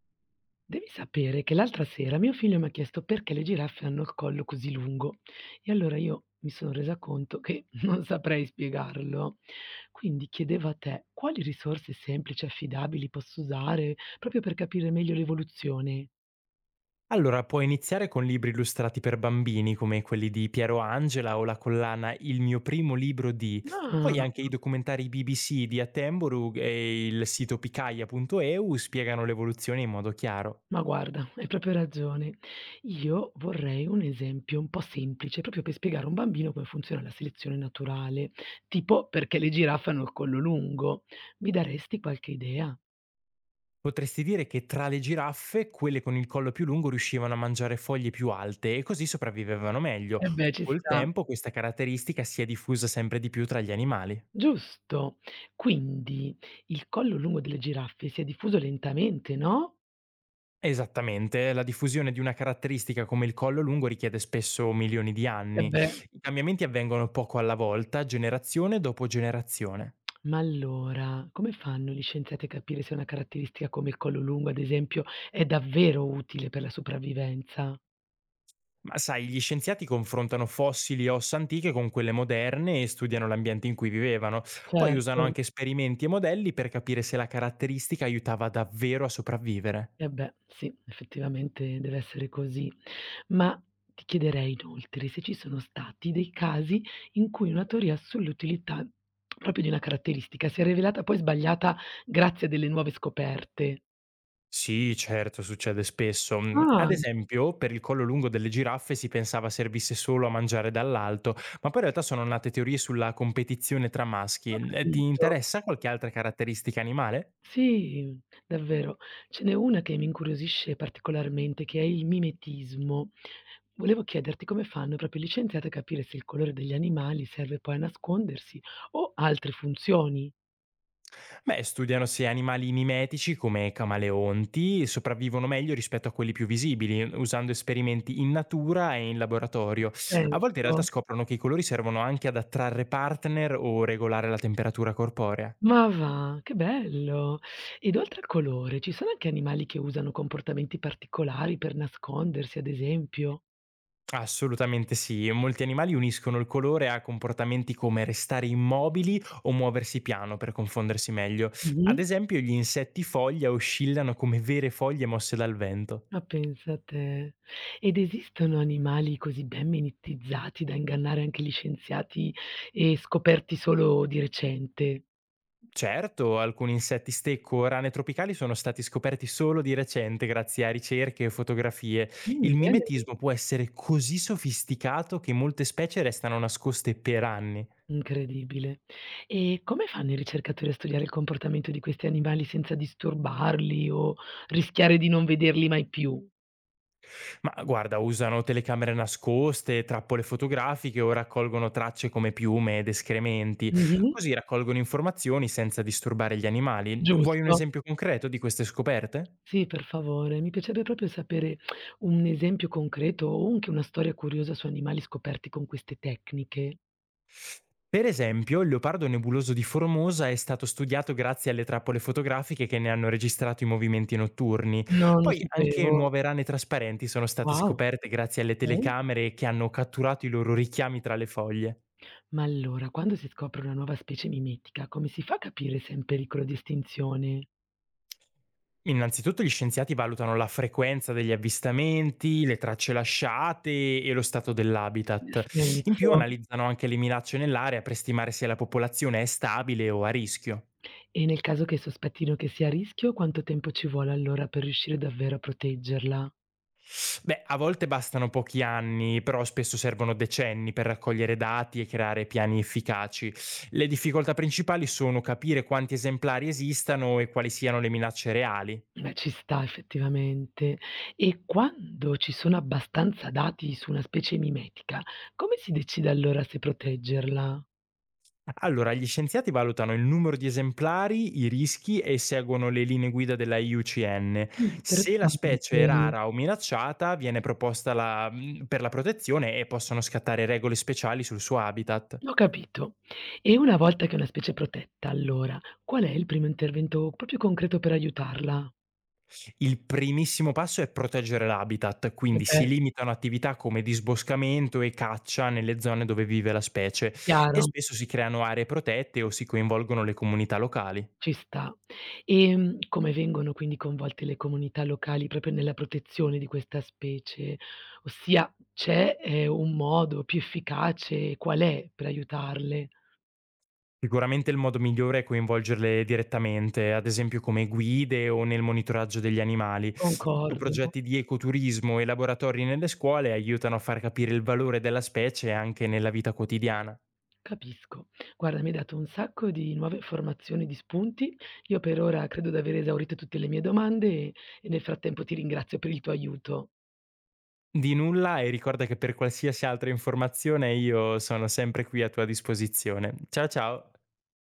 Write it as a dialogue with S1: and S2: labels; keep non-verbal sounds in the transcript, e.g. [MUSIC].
S1: Devi sapere che l'altra sera mio figlio mi ha chiesto perché le giraffe hanno il collo così lungo e allora io mi sono resa conto che [LAUGHS] non saprei spiegarlo. Quindi chiedevo a te quali risorse semplici e affidabili posso usare proprio per capire meglio l'evoluzione.
S2: Allora, puoi iniziare con libri illustrati per bambini, come quelli di Piero Angela o la collana Il mio primo libro di...
S1: Ah,
S2: Poi anche i documentari BBC di Attenborough e il sito picaia.eu spiegano l'evoluzione in modo chiaro.
S1: ma guarda, hai proprio ragione. Io vorrei un esempio un po' semplice, proprio per spiegare a un bambino come funziona la selezione naturale, tipo perché le giraffe hanno il collo lungo. Mi daresti qualche idea?
S2: Potresti dire che tra le giraffe, quelle con il collo più lungo riuscivano a mangiare foglie più alte e così sopravvivevano meglio.
S1: Eh beh, ci
S2: Col
S1: sta.
S2: tempo questa caratteristica si è diffusa sempre di più tra gli animali.
S1: Giusto. Quindi il collo lungo delle giraffe si è diffuso lentamente, no?
S2: Esattamente, la diffusione di una caratteristica come il collo lungo richiede spesso milioni di
S1: Eh
S2: anni.
S1: beh.
S2: I cambiamenti avvengono poco alla volta, generazione dopo generazione.
S1: Ma allora, come fanno gli scienziati a capire se una caratteristica come il collo lungo, ad esempio, è davvero utile per la sopravvivenza?
S2: Ma sai, gli scienziati confrontano fossili e ossa antiche con quelle moderne e studiano l'ambiente in cui vivevano. Poi usano
S1: Certo.
S2: anche esperimenti e modelli per capire se la caratteristica aiutava davvero a sopravvivere.
S1: Eh beh, sì, effettivamente deve essere così. Ma ti chiederei inoltre se ci sono stati dei casi in cui una teoria sull'utilità proprio di una caratteristica si è rivelata poi sbagliata grazie a delle nuove scoperte.
S2: Sì, certo, succede spesso. Mhmm,
S1: Ah,
S2: Ad esempio, per il collo lungo delle giraffe si pensava servisse solo a mangiare dall'alto, ma poi in realtà sono nate teorie sulla competizione tra maschi.
S1: ho
S2: Ti
S1: capito.
S2: interessa qualche altra caratteristica animale?
S1: Sì, davvero. Ce n'è una che mi incuriosisce particolarmente, che è il mimetismo. Volevo chiederti come fanno proprio gli scienziati a capire se il colore degli animali serve poi a nascondersi o ha altre funzioni.
S2: Beh, studiano se animali mimetici come camaleonti sopravvivono meglio rispetto a quelli più visibili, usando esperimenti in natura e in laboratorio. A volte in realtà
S1: Penso.
S2: scoprono che i colori servono anche ad attrarre partner o regolare la temperatura corporea.
S1: Ma va, che bello! Ed oltre al colore, ci sono anche animali che usano comportamenti particolari per nascondersi, ad esempio?
S2: Assolutamente sì, molti animali uniscono il colore a comportamenti come restare immobili o muoversi piano per confondersi meglio.
S1: Mh-mh.
S2: Ad esempio, gli insetti foglia oscillano come vere foglie mosse dal vento.
S1: Ma pensa te. Ed esistono animali così ben mimetizzati da ingannare anche gli scienziati e scoperti solo di recente?
S2: Certo, alcuni insetti stecco o rane tropicali sono stati scoperti solo di recente grazie a ricerche e fotografie. Il
S1: Bene.
S2: mimetismo può essere così sofisticato che molte specie restano nascoste per anni.
S1: Incredibile. E come fanno i ricercatori a studiare il comportamento di questi animali senza disturbarli o rischiare di non vederli mai più?
S2: Ma guarda, usano telecamere nascoste, trappole fotografiche o raccolgono tracce come piume ed escrementi.
S1: Mh-mh.
S2: Così raccolgono informazioni senza disturbare gli animali. Vuoi un
S1: Giusto.
S2: esempio concreto di queste scoperte?
S1: Sì, per favore. Mi piacerebbe proprio sapere un esempio concreto o anche una storia curiosa su animali scoperti con queste tecniche.
S2: Per esempio, il leopardo nebuloso di Formosa è stato studiato grazie alle trappole fotografiche che ne hanno registrato i movimenti notturni.
S1: Non lo
S2: Poi anche
S1: sapevo.
S2: nuove rane trasparenti sono state
S1: Wow,
S2: scoperte grazie alle
S1: okay.
S2: telecamere che hanno catturato i loro richiami tra le foglie.
S1: Ma allora, quando si scopre una nuova specie mimetica, come si fa a capire se è in pericolo di estinzione?
S2: Innanzitutto gli scienziati valutano la frequenza degli avvistamenti, le tracce lasciate e lo stato
S1: Ha
S2: dell'habitat. In
S1: senso.
S2: più analizzano anche le minacce nell'area per stimare se la popolazione è stabile o a rischio.
S1: E nel caso che sospettino che sia a rischio, quanto tempo ci vuole allora per riuscire davvero a proteggerla?
S2: Beh, a volte bastano pochi anni, però spesso servono decenni per raccogliere dati e creare piani efficaci. Le difficoltà principali sono capire quanti esemplari esistano e quali siano le minacce reali.
S1: Beh, ci sta effettivamente. E quando ci sono abbastanza dati su una specie mimetica, come si decide allora se proteggerla?
S2: Allora, gli scienziati valutano il numero di esemplari, i rischi e seguono le linee guida della IUCN. Se la
S1: Interessante.
S2: specie è rara o minacciata, viene proposta per la protezione e possono scattare regole speciali sul suo habitat.
S1: Ho capito. E una volta che è una specie protetta, allora, qual è il primo intervento proprio concreto per aiutarla?
S2: Il primissimo passo è proteggere l'habitat,
S1: Eh
S2: quindi
S1: beh,
S2: si limitano attività come disboscamento e caccia nelle zone dove vive la specie e
S1: chiaro.
S2: spesso si creano aree protette o si coinvolgono le comunità locali.
S1: Ci sta. Come vengono quindi coinvolte le comunità locali proprio nella protezione di questa specie? Ossia c'è un modo più efficace? Qual è per aiutarle?
S2: Sicuramente il modo migliore è coinvolgerle direttamente, ad esempio come guide o nel monitoraggio degli animali. In più
S1: Concordo,
S2: progetti di ecoturismo e laboratori nelle scuole aiutano a far capire il valore della specie anche nella vita quotidiana.
S1: capisco. Guarda, mi hai dato un sacco di nuove informazioni, di spunti. Io per ora credo di aver esaurito tutte le mie domande e nel frattempo ti ringrazio per il tuo aiuto.
S2: Di nulla e ricorda che per qualsiasi altra informazione io sono sempre qui a tua disposizione. Ciao ciao!